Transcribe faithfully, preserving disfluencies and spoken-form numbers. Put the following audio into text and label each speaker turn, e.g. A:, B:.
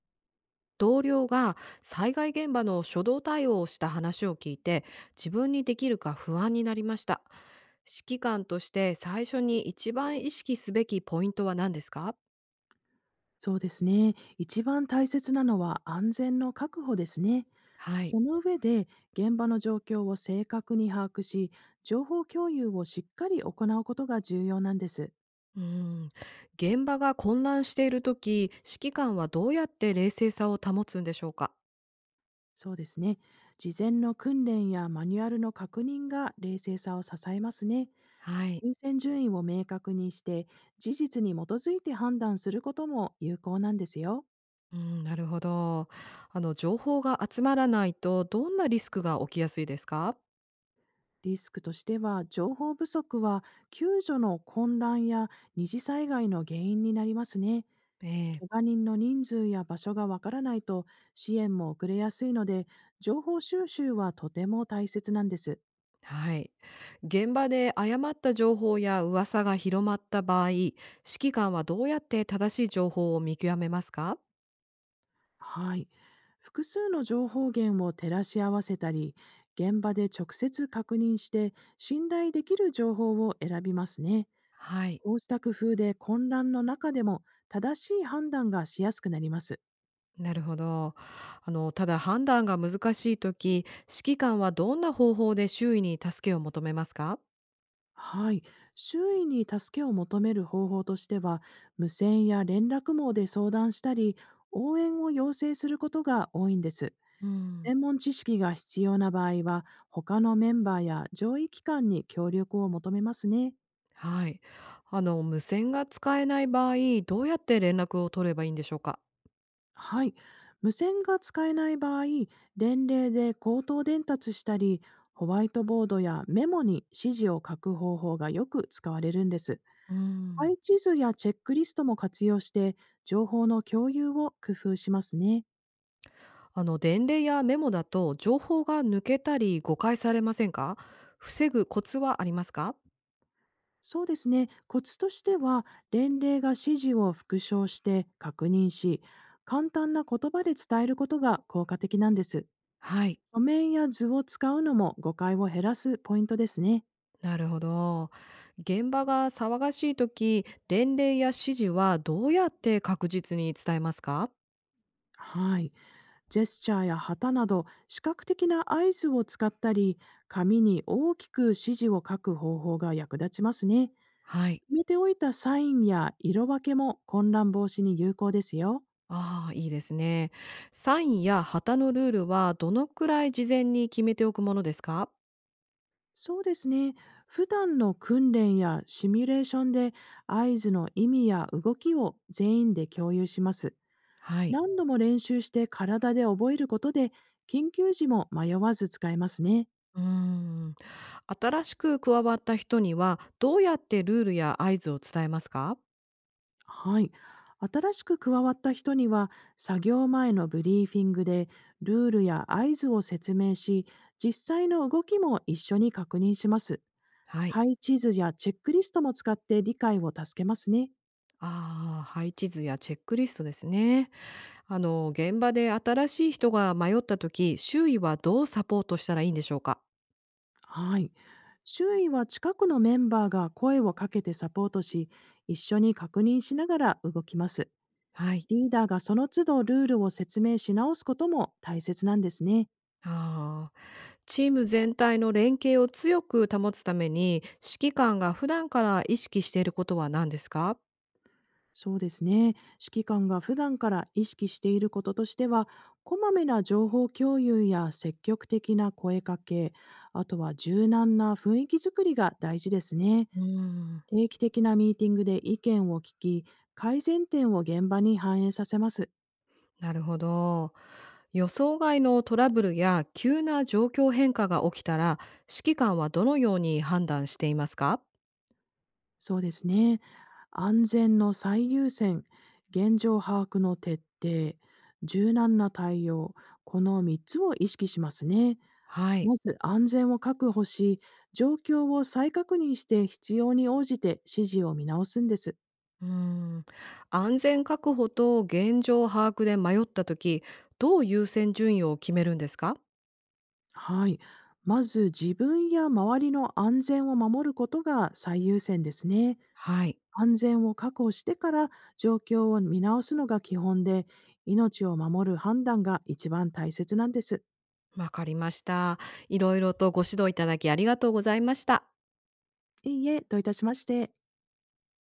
A: 同僚が災害現場の初動対応をした話を聞いて、自分にできるか不安になりました。指揮官として最初に一番意識すべきポイントは何ですか？
B: そうですね。一番大切なのは安全の確保ですね。
A: はい。
B: その上で現場の状況を正確に把握し、情報共有をしっかり行うことが重要なんです。
A: うん。現場が混乱している時、指揮官はどうやって冷静さを保つんでしょうか？
B: そうですね。事前の訓練やマニュアルの確認が冷静さを支えますね。
A: はい。
B: 優先順位を明確にして、事実に基づいて判断することも有効なんですよ。
A: うん、なるほど。あの、情報が集まらないとどんなリスクが起きやすいですか？
B: リスクとしては、情報不足は救助の混乱や二次災害の原因になりますね。
A: ええ。
B: 怪我人の人数や場所がわからないと支援も遅れやすいので、情報収集はとても大切なんです。
A: はい。現場で誤った情報や噂が広まった場合、指揮官はどうやって正しい情報を見極めますか？
B: はい。複数の情報源を照らし合わせたり、現場で直接確認して信頼できる情報を選びますね。
A: はい。
B: こうした工夫で混乱の中でも正しい判断がしやすくなります。
A: なるほど。あの、ただ判断が難しいとき、指揮官はどんな方法で周囲に助けを求めますか？
B: はい。周囲に助けを求める方法としては、無線や連絡網で相談したり、応援を要請することが多いんです。
A: うん。
B: 専門知識が必要な場合は、他のメンバーや上位機関に協力を求めますね。
A: はい。あの、無線が使えない場合、どうやって連絡を取ればいいんでしょうか？
B: はい。無線が使えない場合、連例で口頭伝達したり、ホワイトボードやメモに指示を書く方法がよく使われるんです。
A: うん。
B: 配置図やチェックリストも活用して、情報の共有を工夫しますね。
A: あの、伝令やメモだと情報が抜けたり誤解されませんか？防ぐコツはありますか？
B: そうですね。コツとしては、年齢が指示を復唱して確認し、簡単な言葉で伝えることが効果的なんです。
A: はい、
B: 書面や図を使うのも誤解を減らすポイントですね。
A: なるほど。現場が騒がしい時、伝令や指示はどうやって確実に伝えますか？
B: はい。ジェスチャーや旗など、視覚的な合図を使ったり、紙に大きく指示を書く方法が役立ちますね。
A: はい。
B: 決めておいたサインや色分けも混乱防止に有効ですよ。
A: ああ、いいですね。サインや旗のルールはどのくらい事前に決めておくものですか？
B: そうですね。普段の訓練やシミュレーションで合図の意味や動きを全員で共有します。
A: はい。
B: 何度も練習して体で覚えることで緊急時も迷わず使えますね。
A: うーん。新しく加わった人にはどうやってルールや合図を伝えますか？
B: はい。新しく加わった人には作業前のブリーフィングでルールや合図を説明し実際の動きも一緒に確認します。
A: はい。
B: 配置図やチェックリストも使って理解を助けますね。
A: ああ、配置図やチェックリストですね。あの、現場で新しい人が迷った時、周囲はどうサポートしたらいいんでしょうか？
B: はい。周囲は近くのメンバーが声をかけてサポートし、一緒に確認しながら動きます。
A: はい。
B: リーダーがその都度ルールを説明し直すことも大切なんですね。
A: ああ、チーム全体の連携を強く保つために、指揮官が普段から意識していることは何ですか？
B: そうですね。指揮官が普段から意識していることとしては、こまめな情報共有や積極的な声かけ、あとは柔軟な雰囲気づくりが大事ですね。
A: うーん、
B: 定期的なミーティングで意見を聞き、改善点を現場に反映させます。
A: なるほど。予想外のトラブルや急な状況変化が起きたら、指揮官はどのように判断していますか？
B: そうですね。安全の最優先、現状把握の徹底、柔軟な対応、このみっつを意識しますね。
A: はい。
B: まず安全を確保し、状況を再確認して必要に応じて指示を見直すんです。
A: うーん、安全確保と現状把握で迷った時、どう優先順位を決めるんですか？
B: はい。まず自分や周りの安全を守ることが最優先ですね。
A: はい、
B: 安全を確保してから状況を見直すのが基本で、命を守る判断が一番大切なんです。
A: わかりました。いろいろとご指導いただきありがとうございました。
B: いいえ、どういたしまして。